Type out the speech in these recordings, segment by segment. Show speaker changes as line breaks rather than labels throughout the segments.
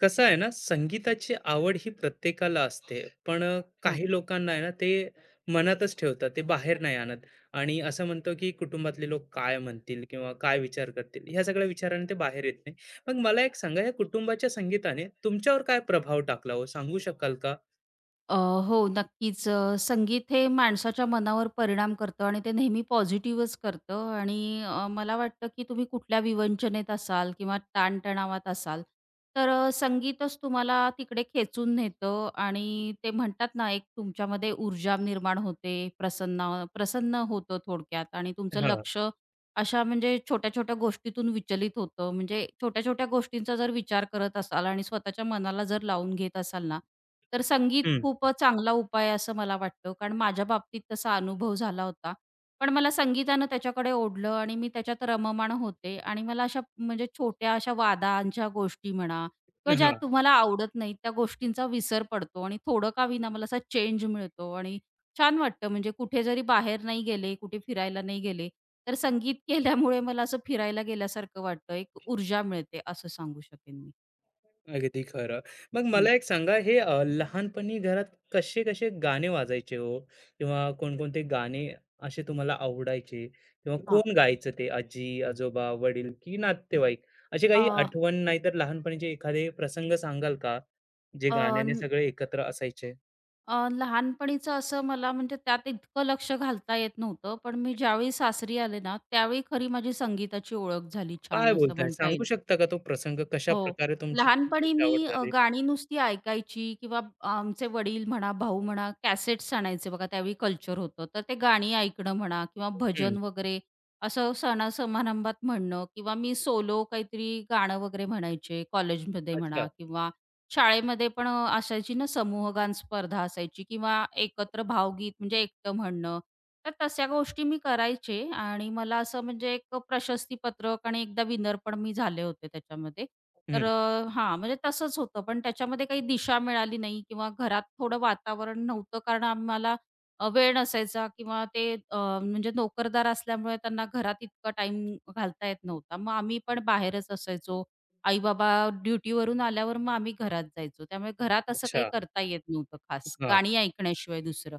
कसं आहे ना, संगीताची आवड ही प्रत्येकाला असते. पण
हो.
काही लोकांना आहे ना, ते मनातच ठेवतात. ते बाहेर नाही आणत आणि असं म्हणतो, की कुटुंबातले लोक काय म्हणतील किंवा काय विचार करतील, ह्या सगळ्या विचाराने ते बाहेर येत नाही. मग मला एक सांगा, या कुटुंबाच्या संगीताने तुमच्यावर काय प्रभाव टाकला हो? सांगू शकाल का?
अ, हो, नक्कीच. संगीत हे माणसाच्या मनावर परिणाम करतं आणि ते नेहमी पॉझिटिव्हच करतं आणि मला वाटतं, की तुम्ही कुठल्या विवंचनेत असाल किंवा ताणतणावात असाल, तर संगीतच तुम्हाला तिकडे खेचून नेतं आणि ते म्हणतात ना, एक तुमच्यामध्ये ऊर्जा निर्माण होते, प्रसन्न प्रसन्न होतं थोडक्यात आणि तुमचं
हां.
लक्ष अशा म्हणजे छोट्या-छोट्या गोष्टीतून विचलित होतं. म्हणजे छोट्या-छोट्या गोष्टींचा जर विचार करत असाल आणि स्वतःच्या मनाला जर लावून घेत असाल ना, तर संगीत
हं.
खूप चांगला उपाय आहे असं मला वाटतं. कारण माझ्या बाबतीत तसा अनुभव झाला होता. पण मला संगीतानं त्याच्याकडे ओढलं आणि मी त्याच्यात रममाण होते आणि मला अशा म्हणजे छोट्या अशा वादांच्या गोष्टी म्हणा किंवा ज्या
हां.
तुम्हाला आवडत नाहीत त्या गोष्टींचा विसर पडतो आणि थोडं का होईना मला असा चेंज मिळतो आणि छान वाटतं. म्हणजे कुठे जरी बाहेर नाही गेले, कुठे फिरायला नाही गेले, तर संगीत केल्यामुळे मला असं फिरायला गेल्यासारखं वाटतं. एक ऊर्जा मिळते असं सांगू शकेन मी.
अगदी खरं. मग
हं.
मला एक सांगा हे लहानपणी घरात कसे-कसे गाणे वाजायचे हो? किंवा कोणकोणते गाणे असे तुम्हाला आवडायचे? किंवा
हां.
कोण गायचं ते आजी, आजोबा, वडील की नातेवाईक? अशी
अ,
काही आठवण नाहीतर लहानपणीचे एखादे प्रसंग सांगाल का? जे
अ,
गाण्याने
न-
सगळे एकत्र असायचे.
लहानपणीचं असं मला म्हणजे त्यात इतकं लक्ष घालता येत नव्हतं. पण मी ज्यावेळी सासरी आले ना, त्यावेळी खरी माझी संगीताची ओळख झाली
काय
छान असं
बोलताय?
म्हणता येईल.
सांगू शकता का तो प्रसंग
हो.
कशाप्रकारे तुमची
लहानपणी
संगीताची
मी
आवड झाली?
गाणी नुसती ऐकायची किंवा आमचे वडील म्हणा, भाऊ म्हणा, कॅसेट्स आणायचे बघा त्यावेळी कल्चर होतं. तर ते गाणी ऐकणं म्हणा किंवा
हं.
भजन वगैरे असं सणा-समारंभात म्हणणं किंवा मी सोलो काहीतरी गाणं वगैरे म्हणायचे कॉलेजमध्ये
अच्छा.
म्हणा किंवा शाळेमध्ये पण असायची ना समूहगान स्पर्धा असायची किंवा एकत्र भावगीत म्हणजे एकटं म्हणणं. तर तशा गोष्टी मी करायचे आणि मला असं म्हणजे एक प्रशस्तीपत्रक आणि एकदा विनर पण मी झाले होते त्याच्यामध्ये. तर
हं.
हां, म्हणजे तसंच होतं. पण त्याच्यामध्ये काही दिशा मिळाली नाही किंवा घरात थोडं वातावरण नव्हतं कारण आम्हाला वेळ नसायचा किंवा ते म्हणजे नोकरदार असल्यामुळे त्यांना घरात इतका टाईम घालता येत नव्हता. मग आम्ही पण बाहेरच असायचो. आई-बाबा ड्युटीवरून आल्यावर मग आम्ही घरात जायचो. त्यामुळे घरात असं काही
अच्छा.
करता येत नव्हतं खास.
हां.
गाणी ऐकण्याशिवाय दुसरं.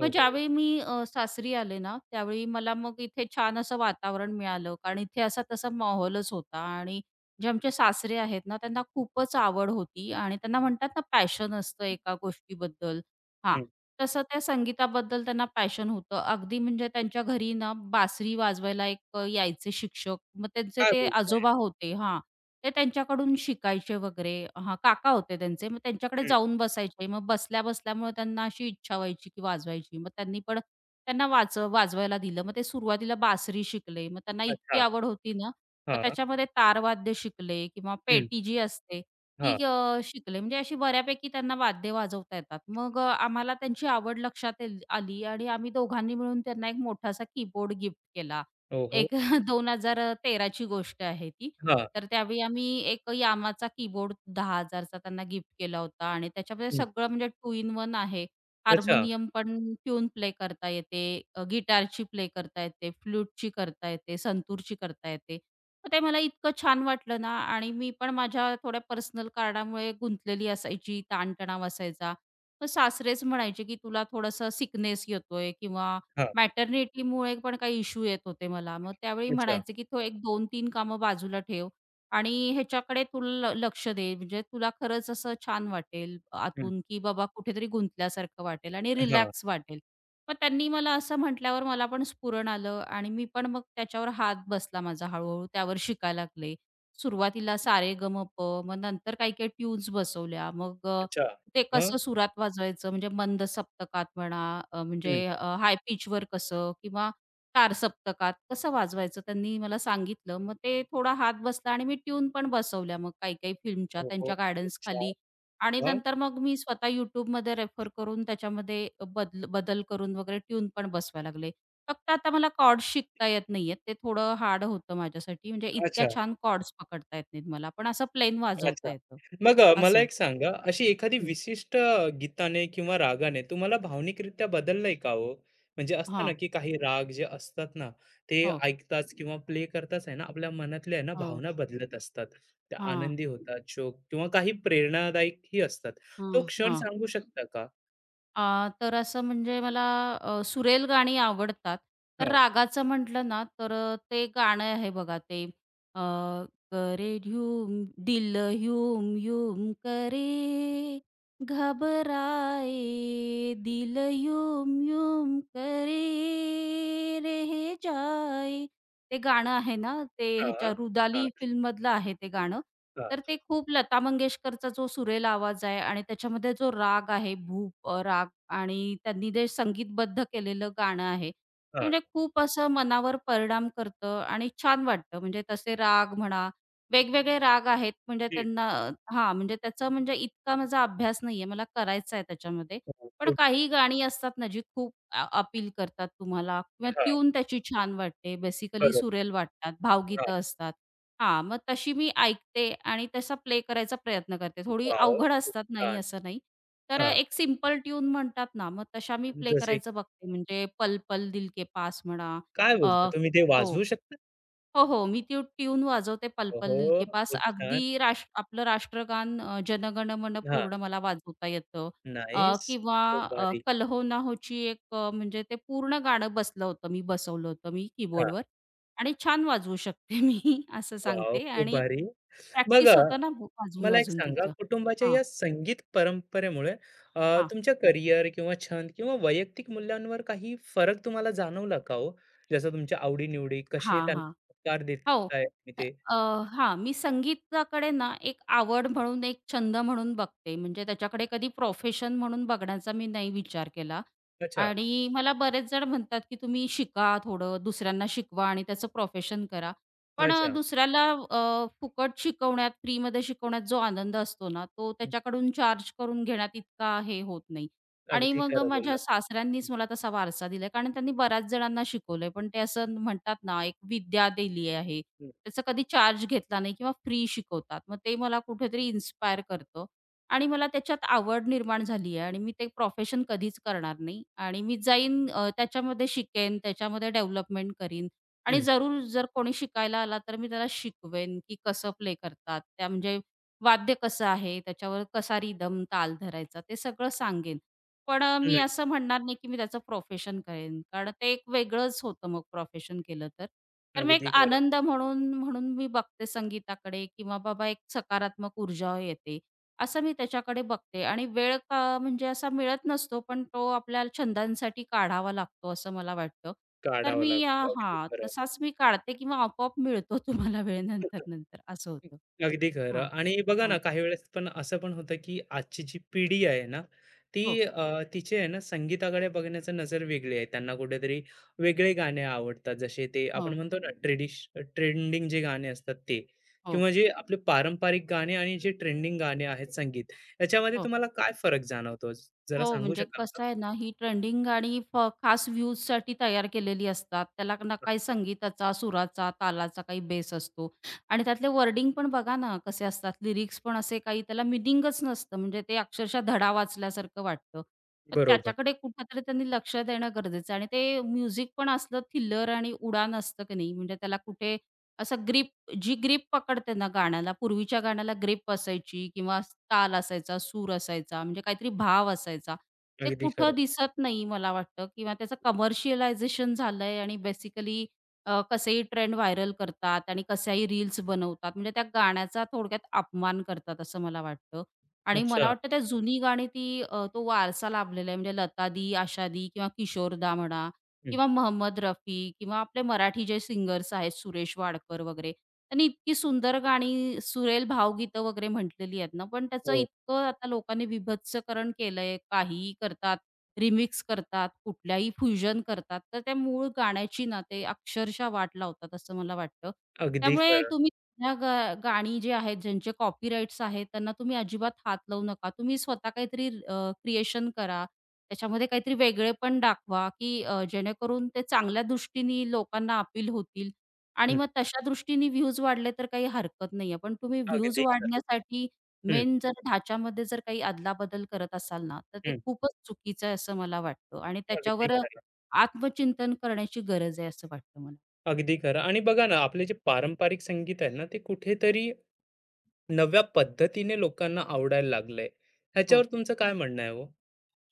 मग
हो.
ज्यावेळी मी सासरी आले ना, त्यावेळी मला मग इथे छान असं वातावरण मिळालं. कारण इथे असा तसा माहोलच होता आणि जे आमचे सासरे आहेत ना, त्यांना खूपच आवड होती आणि त्यांना म्हणतात ना पॅशन असतं एका गोष्टीबद्दल हां.
हं.
तसं त्या संगीताबद्दल त्यांना पॅशन होतं. अगदी म्हणजे त्यांच्या घरी ना बासरी वाजवायला एक यायचे शिक्षक. मग त्यांचे
काय
ते
बोलताय?
आजोबा होते हां. ते त्यांच्याकडून शिकायचे वगैरे हां, काका होते त्यांचे. मग त्यांच्याकडे
हं.
जाऊन बसायचे. मग बसल्या-बसल्यामुळे त्यांना अशी इच्छा व्हायची की वाजवायची. मग त्यांनी पण त्यांना वाच वाजवायला दिलं. मग ते सुरुवातीला बासरी शिकले. मग त्यांना इतकी
अच्छा.
आवड होती ना, मग
हां.
त्याच्यामध्ये तारवाद्य शिकले किंवा
हं.
पेटी जी असते ती
हां.
शिकले. म्हणजे अशी बऱ्यापैकी त्यांना वाद्य वाजवता येतात. मग आम्हाला त्यांची आवड लक्षात आली आणि आम्ही दोघांनी मिळून त्यांना एक मोठासा कीबोर्ड गिफ्ट केला.
ओहो!
एक 2013 ची गोष्ट आहे ती.
हां.
तर त्यावेळी आम्ही एक यामाचा कीबोर्ड 10,000 चा त्यांना गिफ्ट केला होता आणि त्याच्यामध्ये
हं.
सगळं म्हणजे टू इन वन आहे.
अच्छा.
हार्मोनियम पण ट्यून प्ले करता येते, गिटारची प्ले करता येते, फ्लूटची करता येते, संतूरची करता येते. तर ते मला इतकं छान वाटलं ना आणि मी पण माझ्या थोड्या पर्सनल कारणामुळे गुंतलेली असायची, ताणतणाव असायचा. मग सासरेच म्हणायचे, की तुला थोडासा सिकनेस येतोय किंवा
हां.
मॅटर्निटीमुळे पण काही इश्यू येत होते मला. मग त्यावेळी
अच्छा.
म्हणायचे, की "तो एक 2-3 कामं बाजूला ठेव आणि ह्याच्याकडे तू लक्ष दे. म्हणजे तुला खरंच असं छान वाटेल
हं.
आतून, की बाबा कुठेतरी गुंतल्यासारखं वाटेल आणि
हां.
रिलॅक्स वाटेल." मग त्यांनी मला असं म्हटल्यावर मला पण स्फुरण आलं आणि मी पण मग त्याच्यावर हात बसला माझा हळूहळू त्यावर शिकायला लागले. सुरुवातीला "सा रे ग म प" मग नंतर काही-काही ट्यून्स बसवल्या. मग
अच्छा.
ते
मग?
कसं सुरात वाजवायचं म्हणजे मंद सप्तकात म्हणा म्हणजे
हं.
हाय पिचवर कसं किंवा तार सप्तकात कसं वाजवायचं त्यांनी मला सांगितलं. मग ते थोडा हात बसला आणि मी ट्यून पण बसवल्या मग काही-काही फिल्मच्या
ओहो!
त्यांच्या
खूप छान.
गायडन्सखाली आणि
मग?
नंतर मग मी स्वतः YouTubeमध्ये रेफर करून त्याच्यामध्ये बदल बदल करून वगैरे ट्यून पण बसवायला लागले. फक्त आता मला कॉर्ड्स शिकता येत नाहीयेत. ते थोडं हार्ड होतं माझ्यासाठी. म्हणजे इतक्या
अच्छा,
छान कॉर्ड्स पकडता येत नाहीत मला. पण असं प्लेन वाजवता
अच्छा.
येतं.
मग मला
असं.
एक सांगा, अशी एखादी
हं.
विशिष्ट गीताने किंवा रागाने तुम्हाला भावनिकरित्या बदललंय का हो? म्हणजे असतं ना,
हां.
की काही राग जे असतात ना, ते
हो.
ऐकताच किंवा प्ले करताच आहे ना, आपल्या मनातल्या आहे ना,
हो.
भावना बदलत असतात. त्या
हां.
आनंदी होतात, शोक किंवा काही प्रेरणादायकही असतात.
हं.
तो क्षण
हां.
सांगू शकता का?
अ, तर असं म्हणजे मला सुरेल गाणी आवडतात. तर
हां.
रागाचं म्हटलं ना, तर ते गाणं आहे बघा ते अ, करे ह्यूम दिल ह्यूम ह्यूम करे, घबराए दिल ह्यूम ह्यूम करे रह जाए. ते गाणं आहे ना, ते ह्याच्या
हां. हां.
रुदाली फिल्ममधलं आहे ते गाणं. तर
हां.
ते खूप लता मंगेशकरचा जो सुरेल आवाज आहे आणि त्याच्यामध्ये जो राग आहे भूप राग आणि त्यांनी जे संगीतबद्ध केलेलं गाणं आहे, ते
हां,
म्हणजे खूप असं मनावर परिणाम करतं आणि छान वाटतं. म्हणजे तसे राग म्हणा, वेगवेगळे राग आहेत म्हणजे
ती
त्यांना हां, म्हणजे त्याचा म्हणजे इतका माझा अभ्यास नाहीये. मला करायचा आहे त्याच्यामध्ये.
हो,
पण
खूप
काही गाणी असतात ना, जी खूप अपील करतात तुम्हाला किंवा
हां,
ट्यून त्याची छान वाटते. बेसिकली
बरोबर.
सुरेल वाटतात,
हां,
भावगीतं असतात. हां, मग तशी मी ऐकते आणि तसा प्ले करायचा प्रयत्न करते. थोडी
वॉव!
अवघड
खूप
असतात, नाही
छान.
असं नाही. तर
हां,
एक सिम्पल ट्यून म्हणतात ना, मग तशा मी प्ले
जसे
करायचं बघते. म्हणजे पल पल दिल के पास म्हणा
काय
अ,
बोलता तुम्ही ते
हो,
वाजवू शकता?
हो, हो. मी ती ट्यून वाजवते पल पल दिल
ओहो!
के पास.
खूप छान.
अगदी आपलं राष्ट्रगान जनगण मन
हां,
पूर्ण मला वाजवता येतं. अ,
नाईस.
किंवा
खूप भारी.
कल हो ना होची एक म्हणजे ते पूर्ण गाणं बसलं होतं. मी बसवलं होतं मी
हां,
कीबोर्डवर आणि छान वाजवू शकते मी असं
वॉव!
सांगते
खूप
आणि
भारी. मग
प्रॅक्टिस होतं ना
मला एक
वाजून-वाजून
सांगा
तुमचं.
कुटुंबाच्या
हां,
या संगीत परंपरेमुळे
हां.
तुमच्या करिअर किंवा छंद किंवा वैयक्तिक मूल्यांवर काही फरक तुम्हाला जाणवला का हो? जसं तुमच्या आवडी-निवडी कसे
हां,
त्यांना
हां.
आकार
हो.
देताय तुम्ही ते?
अ, हां, मी संगीताकडे ना एक आवड म्हणून, एक छंद म्हणून बघते. म्हणजे त्याच्याकडे कधी प्रोफेशन म्हणून बघण्याचा मी नाही विचार केला.
अच्छा,
आणि मला बरेच जण म्हणतात, की तुम्ही शिका थोडं, दुसऱ्यांना शिकवा आणि त्याचं प्रोफेशन करा. पण
अच्छा.
दुसऱ्याला फुकट शिकवण्यात, फ्रीमध्ये शिकवण्यात जो आनंद असतो ना, तो
हं,
त्याच्याकडून चार्ज करून घेण्यात इतका हे होत नाही. आणि
अगदी
मग
खरं
माझ्या
बोललात.
सासऱ्यांनीच मला तसा वारसा दिलाय. कारण त्यांनी बऱ्याच जणांना शिकवलंय. पण ते असं म्हणतात ना, एक विद्या दिली आहे.
हं,
त्याचा कधी चार्ज घेतला नाही किंवा फ्री शिकवतात. मग ते मला कुठेतरी इन्स्पायर करतं. आणि मला त्याच्यात आवड निर्माण झाली आहे आणि मी ते प्रोफेशन कधीच करणार नाही आणि मी जाईन त्याच्यामध्ये शिकेन, त्याच्यामध्ये डेव्हलपमेंट करीन आणि
हं.
जरूर जर कोणी शिकायला आला तर मी त्याला शिकवेन, की कसं प्ले करतात, त्या म्हणजे वाद्य कसं आहे, त्याच्यावर कसा रिदम, ताल धरायचा ते सगळं सांगेन. पण मी
नाही,
असं म्हणणार नाही, की मी त्याचं प्रोफेशन करेन. कारण ते एक वेगळंच होतं मग प्रोफेशन केलं तर. तर मग एक
अगदी खरं.
आनंद म्हणून म्हणून मी बघते संगीताकडे किंवा बाबा एक सकारात्मक ऊर्जा येते. असं मी त्याच्याकडे बघते आणि वेळ का म्हणजे असा मिळत नसतो, पण तो आपल्या छंदांसाठी काढावा लागतो असं मला वाटतं. तर
काढावं
मी
लागतं. अगदी
हां,
खरं.
तसाच मी काढते किंवा आपोआप मिळतो तुम्हाला वेळ नंतर-नंतर असं होतं.
अगदी खरं
हां.
आणि बघा ना,
हां.
काही वेळेस पण असं पण होतं, की आजची जी पिढी आहे ना, ती
हो.
तिचे आहे ना, संगीताकडे बघण्याचा नजर वेगळी आहे. त्यांना कुठेतरी वेगळे गाणे आवडतात. जसे ते आपण
हो.
म्हणतो ना, ट्रेंडिंग जे गाणे असतात ते
हो.
किंवा जे आपले पारंपरिक गाणे आणि जे ट्रेंडिंग गाणे आहेत संगीत, याच्यामध्ये
हो.
तुम्हाला काय फरक जाणवतो? जरा
हो,
सांगू
म्हणजे
शकाल का?
कसं आहे ना, ही ट्रेंडिंग गाणी खास व्ह्यूजसाठी तयार केलेली असतात. त्याला ना काही संगीताचा, सुराचा, तालाचा काही बेस असतो आणि त्यातले वर्डिंग पण बघा ना कसे असतात. लिरिक्स पण असे काही त्याला मीनिंगच नसतं. म्हणजे ते अक्षरशः धडा वाचल्यासारखं वाटतं. तर
बरोबर.
त्याच्याकडे कुठेतरी त्यांनी लक्ष देणं गरजेचं आहे आणि ते म्युझिक पण असलं थिल्लर आणि उडाण असतं की नाही, म्हणजे त्याला कुठे असं जी ग्रीप पकडते ना गाण्याला, पूर्वीच्या गाण्याला ग्रीप असायची किंवा ताल असायचा, सूर असायचा, म्हणजे काहीतरी भाव असायचा. ते
अगदी खरं.
कुठं दिसत नाही मला वाटतं किंवा त्याचं कमर्शियलायझेशन झालंय आणि बेसिकली कसेही ट्रेंड व्हायरल करतात आणि कशाही रील्स बनवतात. म्हणजे त्या गाण्याचा थोडक्यात अपमान करतात असं मला वाटतं. आणि
अच्छा.
मला वाटतं त्या जुनी गाणी ती तो वारसा लाभलेला आहे. म्हणजे लतादी, आशादी किंवा किशोरदा म्हणा
हं.
किंवा मोहम्मद रफी किंवा आपले मराठी जे सिंगर्स आहेत सुरेश वाडकर वगैरे, त्यांनी इतकी सुंदर गाणी, सुरेल भावगीतं वगैरे म्हटलेली आहेत ना, पण त्याचं
हो.
इतकं आता लोकांनी विभत्सकरण केलंय. काहीही करतात, रिमिक्स करतात, कुठल्याही फ्युजन करतात. तर त्या मूळ गाण्याची ना ते अक्षरशः वाट लावतात असं मला वाटतं.
अगदी
त्यामुळे
खरं.
तुम्ही ह्या गाणी जी आहेत, ज्यांचे कॉपीराइट्स आहेत, त्यांना तुम्ही अजिबात हात लावू नका. तुम्ही स्वतः काहीतरी क्रिएशन करा. त्याच्यामध्ये काहीतरी वेगळेपण दाखवा, की जेणेकरून ते चांगल्या दृष्टीने लोकांना अपील होतील आणि मग तशा दृष्टीने व्ह्यूज वाढले तर काही हरकत नाहीये. पण तुम्ही व्ह्यूज
अगदी खरं.
वाढण्यासाठी
हं,
मेन जर ढाच्यामध्ये जर काही अदलाबदल करत असाल ना, तर ते
हं.
खूपच चुकीचं आहे असं मला वाटतं आणि
अगदी
त्याच्यावर
खरं,
आत्मचिंतन करण्याची गरज आहे असं वाटतं मला.
अगदी खरं. आणि बघा ना, आपले जे पारंपरिक संगीत आहे ना, ते कुठेतरी नव्या पद्धतीने लोकांना आवडायला लागलंय.
हो.
ह्याच्यावर तुमचं काय म्हणणं आहे हो?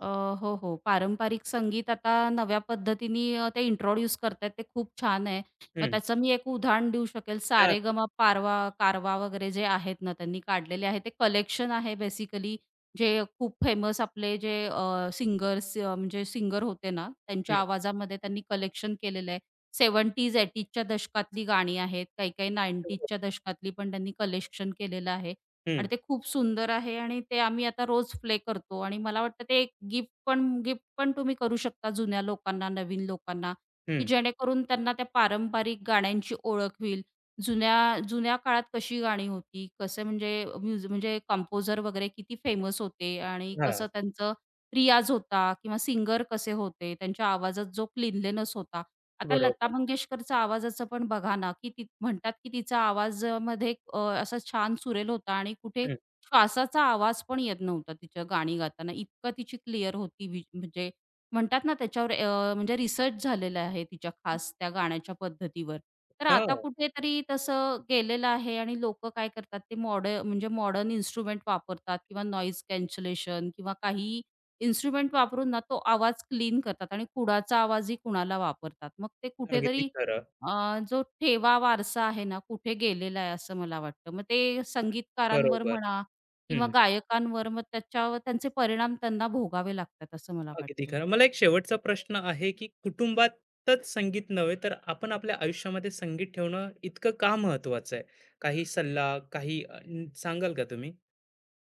अ, हो, हो. पारंपरिक संगीत आता नव्या पद्धतीने ते इंट्रोड्यूस करतायत ते खूप छान आहे. मग
हं.
त्याचं मी एक उदाहरण देऊ शकेल.
त्या
सारेगमा पारवा कारवा वगैरे जे आहेत ना, त्यांनी काढलेले आहे. ते कलेक्शन आहे बेसिकली जे खूप फेमस आपले जे सिंगर्स म्हणजे सिंगर होते ना,
हं,
त्यांच्या आवाजामध्ये त्यांनी कलेक्शन केलेलं आहे. 70s, 80s दशकातली गाणी आहेत. काही-काही 90s दशकातली पण त्यांनी कलेक्शन केलेलं आहे.
हं,
आणि ते खूप सुंदर आहे आणि ते आम्ही आता रोज प्ले करतो आणि मला वाटतं ते एक गिफ्ट पण तुम्ही करू शकता जुन्या लोकांना, नवीन लोकांना, की
हं.
जेणेकरून त्यांना त्या पारंपरिक गाण्यांची ओळख होईल. जुन्या जुन्या काळात कशी गाणी होती, कसं म्हणजे म्हणजे कंपोझर वगैरे किती फेमस होते आणि
हां,
कसं त्यांचं रियाज होता किंवा सिंगर कसे होते, त्यांच्या आवाजात जो क्लीनलीनेस होता. आता लता
बरोबर.
मंगेशकरचा आवाजाचं पण बघा ना, की ती म्हणतात, की तिचा आवाजामध्ये असा छान सुरेल होता आणि कुठे
हं.
श्वासाचा आवाज पण येत नव्हता तिच्या गाणी गाताना. इतकं तिची क्लिअर होती म्हणजे म्हणतात ना त्याच्यावर म्हणजे रिसर्च झालेला आहे तिच्या खास त्या गाण्याच्या पद्धतीवर. तर आता
हां,
कुठेतरी तसं गेलेलं आहे आणि लोकं काय करतात ते म्हणजे मॉडर्न इन्स्ट्रुमेंट वापरतात किंवा नॉईज कॅन्सलेशन किंवा काही इन्स्ट्रुमेंट वापरून ना तो आवाज क्लीन करतात आणि कुडाचा आवाजही कुणाला वापरतात. मग ते
अगदी
कुठेतरी
खरं.
अ, जो ठेवा वारसा आहे ना, कुठे गेलेला आहे असं मला वाटतं. मग ते संगीतकारांवर
बरोबर.
म्हणा किंवा
हं,
गायकांवर मग त्याच्यावर त्यांचे परिणाम त्यांना भोगावे लागतात असं मला
अगदी
वाटतं.
खरं. मला एक शेवटचा प्रश्न आहे, की कुटुंबातच संगीत नव्हे, तर आपण आपल्या आयुष्यामध्ये संगीत ठेवणं इतकं का महत्वाचं आहे? काही सल्ला, काही सांगाल का तुम्ही?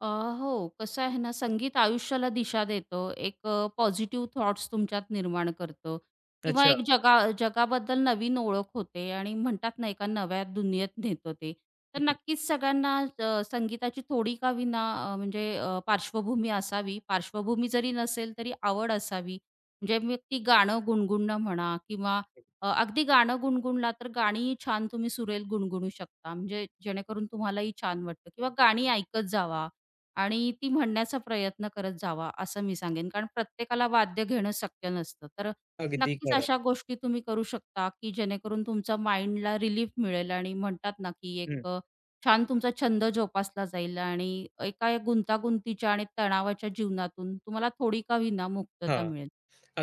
अ, हो. कसं आहे ना, संगीत आयुष्याला दिशा देतं. एक पॉझिटिव्ह थॉट्स तुमच्यात निर्माण करतं किंवा
अच्छा.
एक जगाबद्दल नवीन ओळख होते आणि म्हणतात ना, एका नव्या दुनियेत नेतं ते. तर नक्कीच सगळ्यांना संगीताची थोडी का विना अ, म्हणजे अ, पार्श्वभूमी असावी. पार्श्वभूमी जरी नसेल तरी आवड असावी. म्हणजे मग ती गाणं गुणगुणणं म्हणा किंवा अगदी गाणं गुणगुणला तर गाणी छान तुम्ही सुरेल गुणगुणू शकता. म्हणजे जेणेकरून तुम्हालाही छान वाटतं किंवा गाणी ऐकत जावा. आणि ती म्हणण्याचा प्रयत्न करत जावा, असं मी सांगेन. कारण प्रत्येकाला वाद्य घेणं शक्य नसतं. तर
अगदी
नक्कीच
खरं.
अशा गोष्टी तुम्ही करू शकता, की जेणेकरून तुमच्या माइंडला रिलीफ मिळेल आणि म्हणतात ना, की
हं.
एक छान तुमचा छंद जोपासला जाईल आणि एका या गुंतागुंतीच्या आणि तणावाच्या जीवनातून तुम्हाला थोडी का होईना मुक्तता
हां.
मिळेल.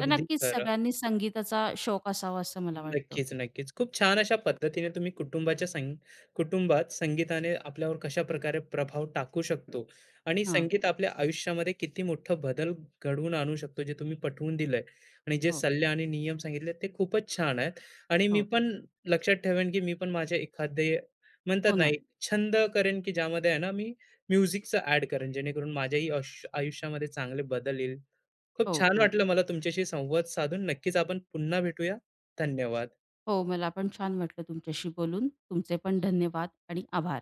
तर
अगदी
नक्कीच
खरं.
सगळ्यांनी संगीताचा शौक असावा, असं मला वाटतं.
नक्कीच, नक्कीच. खूप छान अशा पद्धतीने तुम्ही कुटुंबाच्या संग कुटुंबात संगीताने आपल्यावर कशा प्रकारे प्रभाव टाकू शकतो आणि
हां.
संगीत आपल्या आयुष्यामध्ये किती मोठा बदल घडवून आणू शकतो, जे तुम्ही पटवून दिलंय आणि जे
हो,
सल्ले आणि नियम सांगितले ते खूपच छान आहेत. आणि मी
हो.
पण लक्षात ठेवेन, की मी पण माझे एखादे म्हणतात
हो
ना,
ना.
छंद करेन, की ज्यामध्ये आहे ना, मी म्युझिकचं ॲड करेन, जेणेकरून माझ्याही आयुष्यामध्ये चांगले बदल येईल.
हो,
खूप छान
हो.
वाटलं मला तुमच्याशी संवाद साधून. नक्कीच आपण पुन्हा भेटूया. धन्यवाद.
हो, मला पण छान वाटलं तुमच्याशी बोलून. तुमचे पण धन्यवाद आणि आभार.